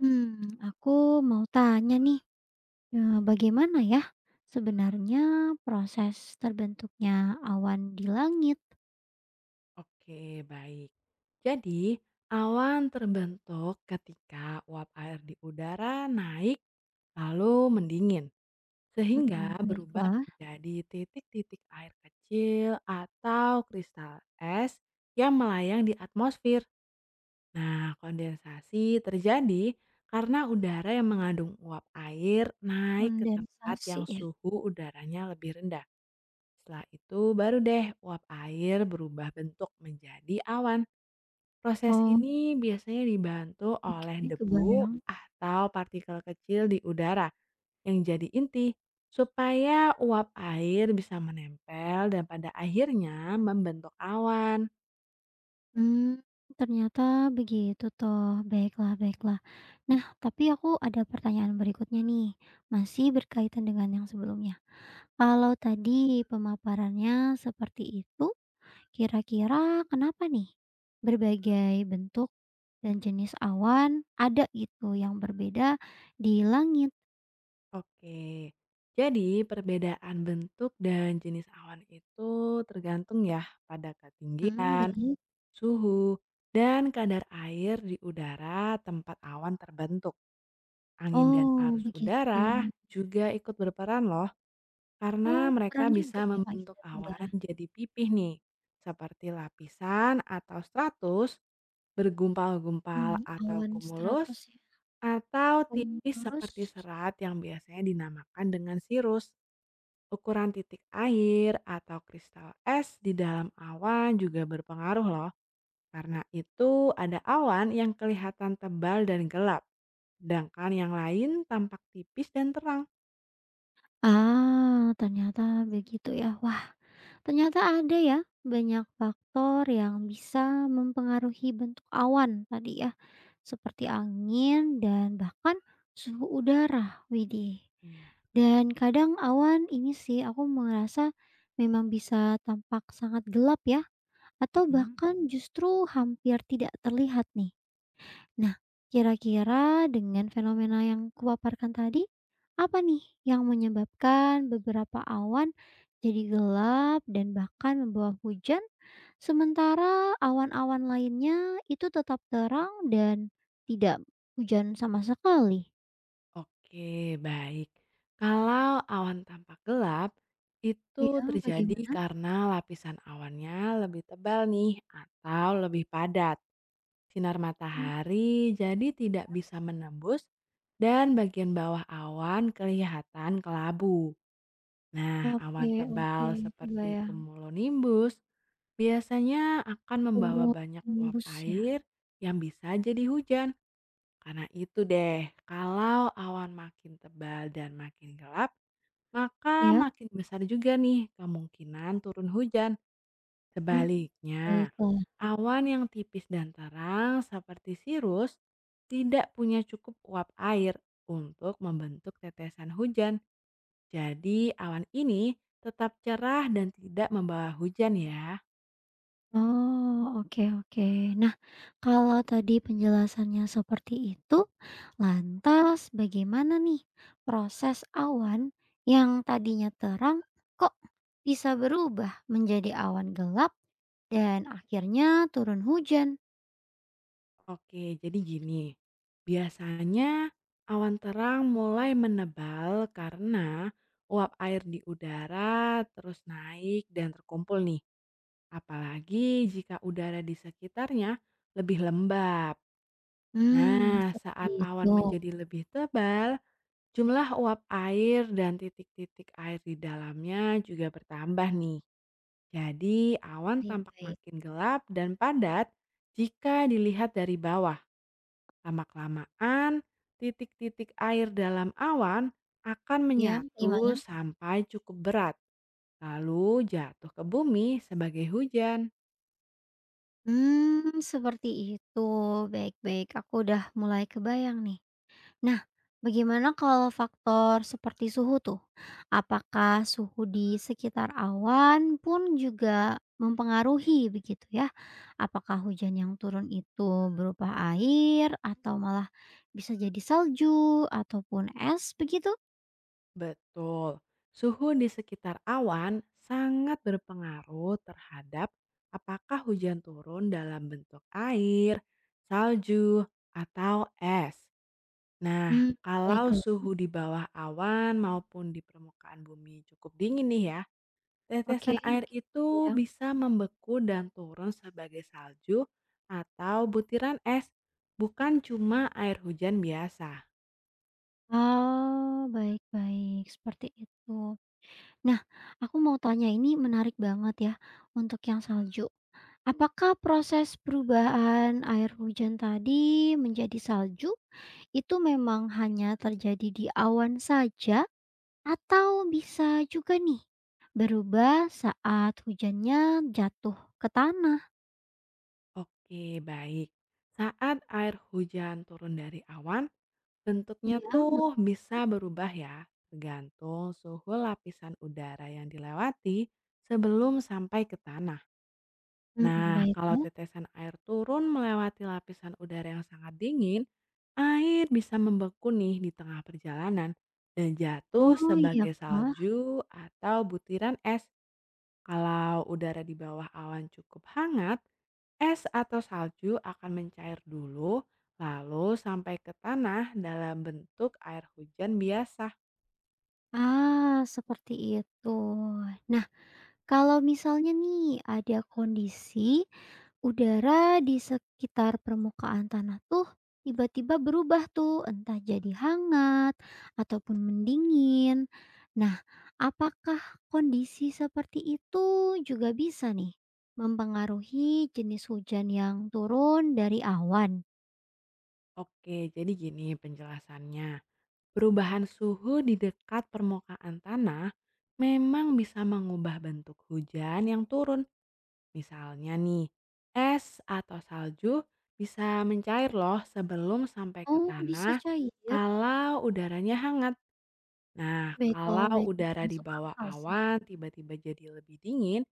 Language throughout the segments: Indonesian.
Hmm, aku mau tanya nih, bagaimana ya sebenarnya proses terbentuknya awan di langit? Oke, baik. Jadi, awan terbentuk ketika uap air di udara naik lalu mendingin, Mhm, sehingga berubah baiklah. menjadi titik-titik air kecil atau kristal es yang melayang di atmosfer. Nah, kondensasi terjadi karena udara yang mengandung uap air naik ke tempat Kondensasi yang ya? suhu udaranya lebih rendah. Setelah itu baru deh uap air berubah bentuk menjadi awan. Proses Oh, ini biasanya dibantu oke, oleh debu kebayang. atau partikel kecil di udara yang jadi inti, supaya uap air bisa menempel dan pada akhirnya membentuk awan. Hmm, ternyata begitu toh. Baiklah, baiklah. Nah, tapi aku ada pertanyaan berikutnya nih, masih berkaitan dengan yang sebelumnya. Kalau tadi pemaparannya seperti itu, kira-kira kenapa nih berbagai bentuk dan jenis awan ada gitu yang berbeda di langit? Oke, jadi perbedaan bentuk dan jenis awan itu tergantung ya pada Mhm, ketinggian, baik. suhu, dan kadar air di udara tempat awan terbentuk. Angin dan Oh, arus begitu. udara juga ikut berperan loh. Oh, Karena mereka keren juga bisa ya membentuk ikatan awan udara. jadi pipih nih, seperti lapisan atau stratus, Mmm, bergumpal-gumpal atau awan stratus kumulus, ya. atau Oh, tipis seperti terus? serat yang biasanya dinamakan dengan sirus. Ukuran titik air atau kristal es di dalam awan juga berpengaruh loh, karena itu ada awan yang kelihatan tebal dan gelap, sedangkan yang lain tampak tipis dan terang. Ah, ternyata begitu ya. Wah, ternyata ada ya, banyak faktor yang bisa mempengaruhi bentuk awan tadi ya, seperti angin dan bahkan suhu udara, widih. Iya. Dan kadang awan ini sih aku merasa memang bisa tampak sangat gelap ya, atau mm bahkan justru hampir tidak terlihat nih. Nah, kira-kira dengan fenomena yang kupaparkan tadi, apa nih yang menyebabkan beberapa awan jadi gelap dan bahkan membawa hujan, sementara awan-awan lainnya itu tetap terang dan tidak hujan sama sekali? Oke, baik. Kalau awan tampak gelap, itu Iya, terjadi bagaimana? karena lapisan awannya lebih tebal nih atau lebih padat. Sinar Mmm. matahari jadi tidak bisa menembus dan bagian bawah awan kelihatan kelabu. Nah, Oke, awan oke, tebal seperti kebayang. cumulonimbus biasanya akan membawa Cumul banyak uap nimbus ya? air yang bisa jadi hujan. Karena itu deh, kalau awan makin tebal dan makin gelap, maka Iya. makin besar juga nih kemungkinan turun hujan. Mmm, Sebaliknya, baiklah. awan yang tipis dan terang seperti sirus tidak punya cukup uap air untuk membentuk tetesan hujan. Jadi awan ini tetap cerah dan tidak membawa hujan ya. Oh, oke, oke. Nah, kalau tadi penjelasannya seperti itu, lantas bagaimana nih proses awan yang tadinya terang kok bisa berubah menjadi awan gelap dan akhirnya turun hujan? Oke, jadi gini. Biasanya awan terang mulai menebal karena uap air di udara terus naik dan terkumpul nih. Apalagi jika udara di sekitarnya lebih lembab. Hmm, Nah, seperti saat itu. awan menjadi lebih tebal, jumlah uap air dan titik-titik air di dalamnya juga bertambah nih. Jadi, awan tampak Baik-baik. makin gelap dan padat jika dilihat dari bawah. Lama-kelamaan, titik-titik air dalam awan akan Ya, menyatu gimana? sampai cukup berat, lalu jatuh ke bumi sebagai hujan. Hmm, seperti itu. Baik-baik. Aku udah mulai kebayang nih. Nah, bagaimana kalau faktor seperti suhu tuh? Apakah suhu di sekitar awan pun juga mempengaruhi begitu ya? Apakah hujan yang turun itu berupa air atau malah bisa jadi salju ataupun es begitu? Betul, suhu di sekitar awan sangat berpengaruh terhadap apakah hujan turun dalam bentuk air, salju, atau es. Nah, Hmm, kalau baiklah. suhu di bawah awan maupun di permukaan bumi cukup dingin nih ya, Oke, tetesan air oke. itu Ya. bisa membeku dan turun sebagai salju atau butiran es, bukan cuma air hujan biasa. Oh, baik-baik. Seperti itu. Nah, aku mau tanya ini menarik banget ya untuk yang salju. Apakah proses perubahan air hujan tadi menjadi salju itu memang hanya terjadi di awan saja atau bisa juga nih berubah saat hujannya jatuh ke tanah? Oke, baik. Saat air hujan turun dari awan, bentuknya Iya, tuh begitu. bisa berubah ya, tergantung suhu lapisan udara yang dilewati sebelum sampai ke tanah. Hmm, Nah, kalau baiklah. tetesan air turun melewati lapisan udara yang sangat dingin, air bisa membeku nih di tengah perjalanan dan jatuh Oh iya sebagai kah? salju atau butiran es. Kalau udara di bawah awan cukup hangat, es atau salju akan mencair dulu, lalu sampai ke tanah dalam bentuk air hujan biasa. Ah, seperti itu. Nah, kalau misalnya nih ada kondisi udara di sekitar permukaan tanah tuh tiba-tiba berubah tuh, entah jadi hangat ataupun mendingin. Nah, apakah kondisi seperti itu juga bisa nih mempengaruhi jenis hujan yang turun dari awan? Oke, jadi gini penjelasannya. Perubahan suhu di dekat permukaan tanah memang bisa mengubah bentuk hujan yang turun. Misalnya nih, es atau salju bisa mencair loh sebelum sampai ke Oh, bisa tanah cair. kalau udaranya hangat. Nah, Baiklah, kalau baiklah. udara di Masuk bawah akal sih. awan tiba-tiba jadi lebih dingin,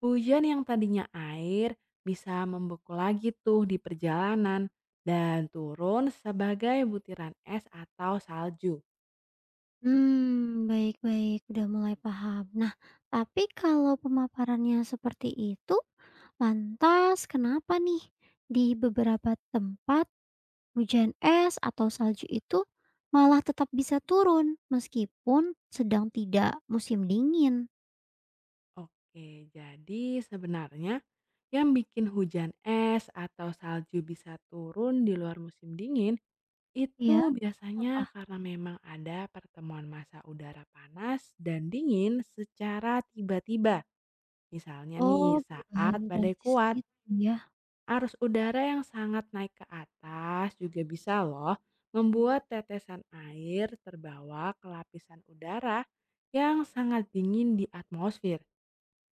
hujan yang tadinya air bisa membeku lagi tuh di perjalanan dan turun sebagai butiran es atau salju. Hmm, baik-baik, udah mulai paham. Nah, tapi kalau pemaparannya seperti itu, lantas, kenapa nih di beberapa tempat hujan es atau salju itu malah tetap bisa turun meskipun sedang tidak musim dingin? Oke, jadi sebenarnya yang bikin hujan es atau salju bisa turun di luar musim dingin itu Ya, biasanya apa? karena memang ada pertemuan massa udara panas dan dingin secara tiba-tiba. Misalnya Oh, nih perubahan saat badai drastis kuat, gitu ya. arus udara yang sangat naik ke atas juga bisa loh membuat tetesan air terbawa ke lapisan udara yang sangat dingin di atmosfer.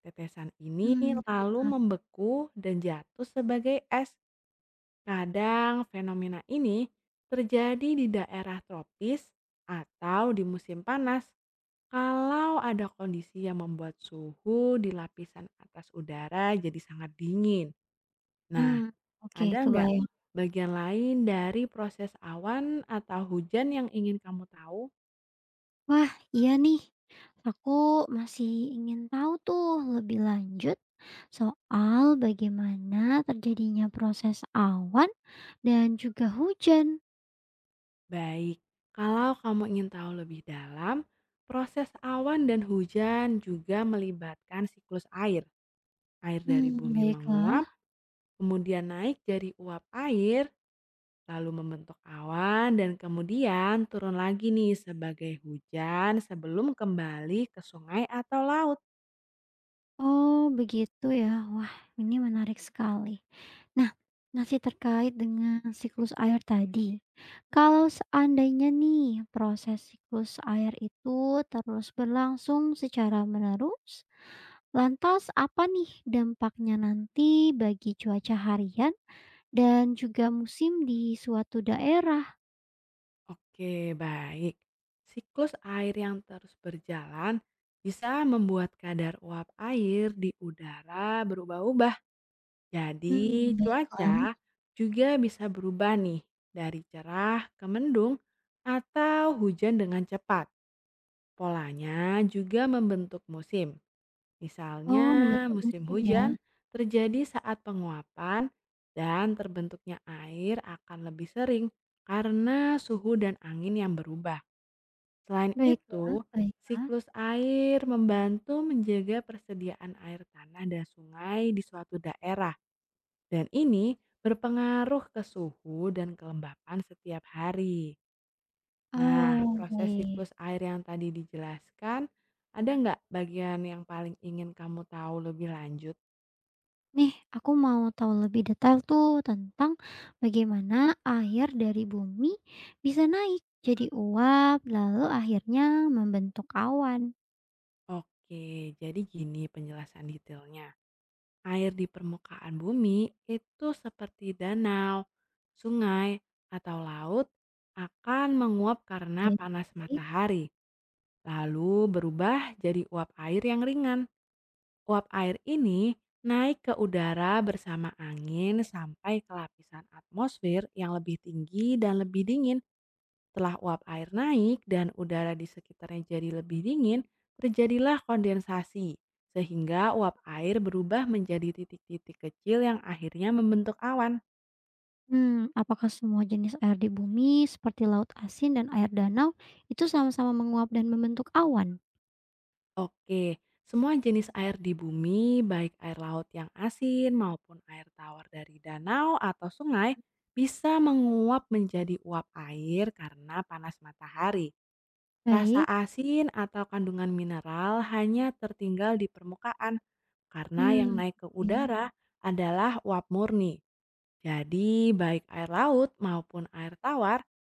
Tetesan ini Hmm, lalu baiklah. membeku dan jatuh sebagai es. Kadang fenomena ini terjadi di daerah tropis atau di musim panas kalau ada kondisi yang membuat suhu di lapisan atas udara jadi sangat dingin. Nah, Hmm, oke, ada nggak kebayang. bagian lain dari proses awan atau hujan yang ingin kamu tahu? Wah, iya nih. Aku masih ingin tahu tuh lebih lanjut soal bagaimana terjadinya proses awan dan juga hujan. Baik, kalau kamu ingin tahu lebih dalam, proses awan dan hujan juga melibatkan siklus air. Air dari Hmm, bumi baiklah. menguap, kemudian naik jadi uap air, lalu membentuk awan, dan kemudian turun lagi nih sebagai hujan sebelum kembali ke sungai atau laut. Oh, begitu ya. Wah, ini menarik sekali. Nah, masih terkait dengan siklus air tadi. Kalau seandainya nih proses siklus air itu terus berlangsung secara menerus, lantas apa nih dampaknya nanti bagi cuaca harian dan juga musim di suatu daerah? Oke, baik. Siklus air yang terus berjalan bisa membuat kadar uap air di udara berubah-ubah. Jadi, Hmm, baiklah. cuaca juga bisa berubah nih dari cerah ke mendung atau hujan dengan cepat. Polanya juga membentuk musim. Misalnya, Oh, membentuk musim musim ya. hujan terjadi saat penguapan dan terbentuknya air akan lebih sering karena suhu dan angin yang berubah. Selain Baiklah, itu, baiklah. siklus air membantu menjaga persediaan air tanah dan sungai di suatu daerah. Dan ini berpengaruh ke suhu dan kelembapan setiap hari. Nah, Oh, proses baik. siklus air yang tadi dijelaskan, ada nggak bagian yang paling ingin kamu tahu lebih lanjut? Nih, aku mau tahu lebih detail tuh tentang bagaimana air dari bumi bisa naik jadi uap, lalu akhirnya membentuk awan. Oke, jadi gini penjelasan detailnya. Air di permukaan bumi itu seperti danau, sungai, atau laut akan menguap karena panas Baik. matahari, lalu berubah jadi uap air yang ringan. Uap air ini naik ke udara bersama angin sampai ke lapisan atmosfer yang lebih tinggi dan lebih dingin. Setelah uap air naik dan udara di sekitarnya jadi lebih dingin, terjadilah kondensasi. Sehingga uap air berubah menjadi titik-titik kecil yang akhirnya membentuk awan. Hmm, apakah semua jenis air di bumi seperti laut asin dan air danau itu sama-sama menguap dan membentuk awan? Oke, semua jenis air di bumi, baik air laut yang asin maupun air tawar dari danau atau sungai, bisa menguap menjadi uap air karena panas matahari. Rasa Baik. asin atau kandungan mineral hanya tertinggal di permukaan karena yang Hmm, naik ke oke. udara adalah uap murni. Jadi, baik air laut maupun air tawar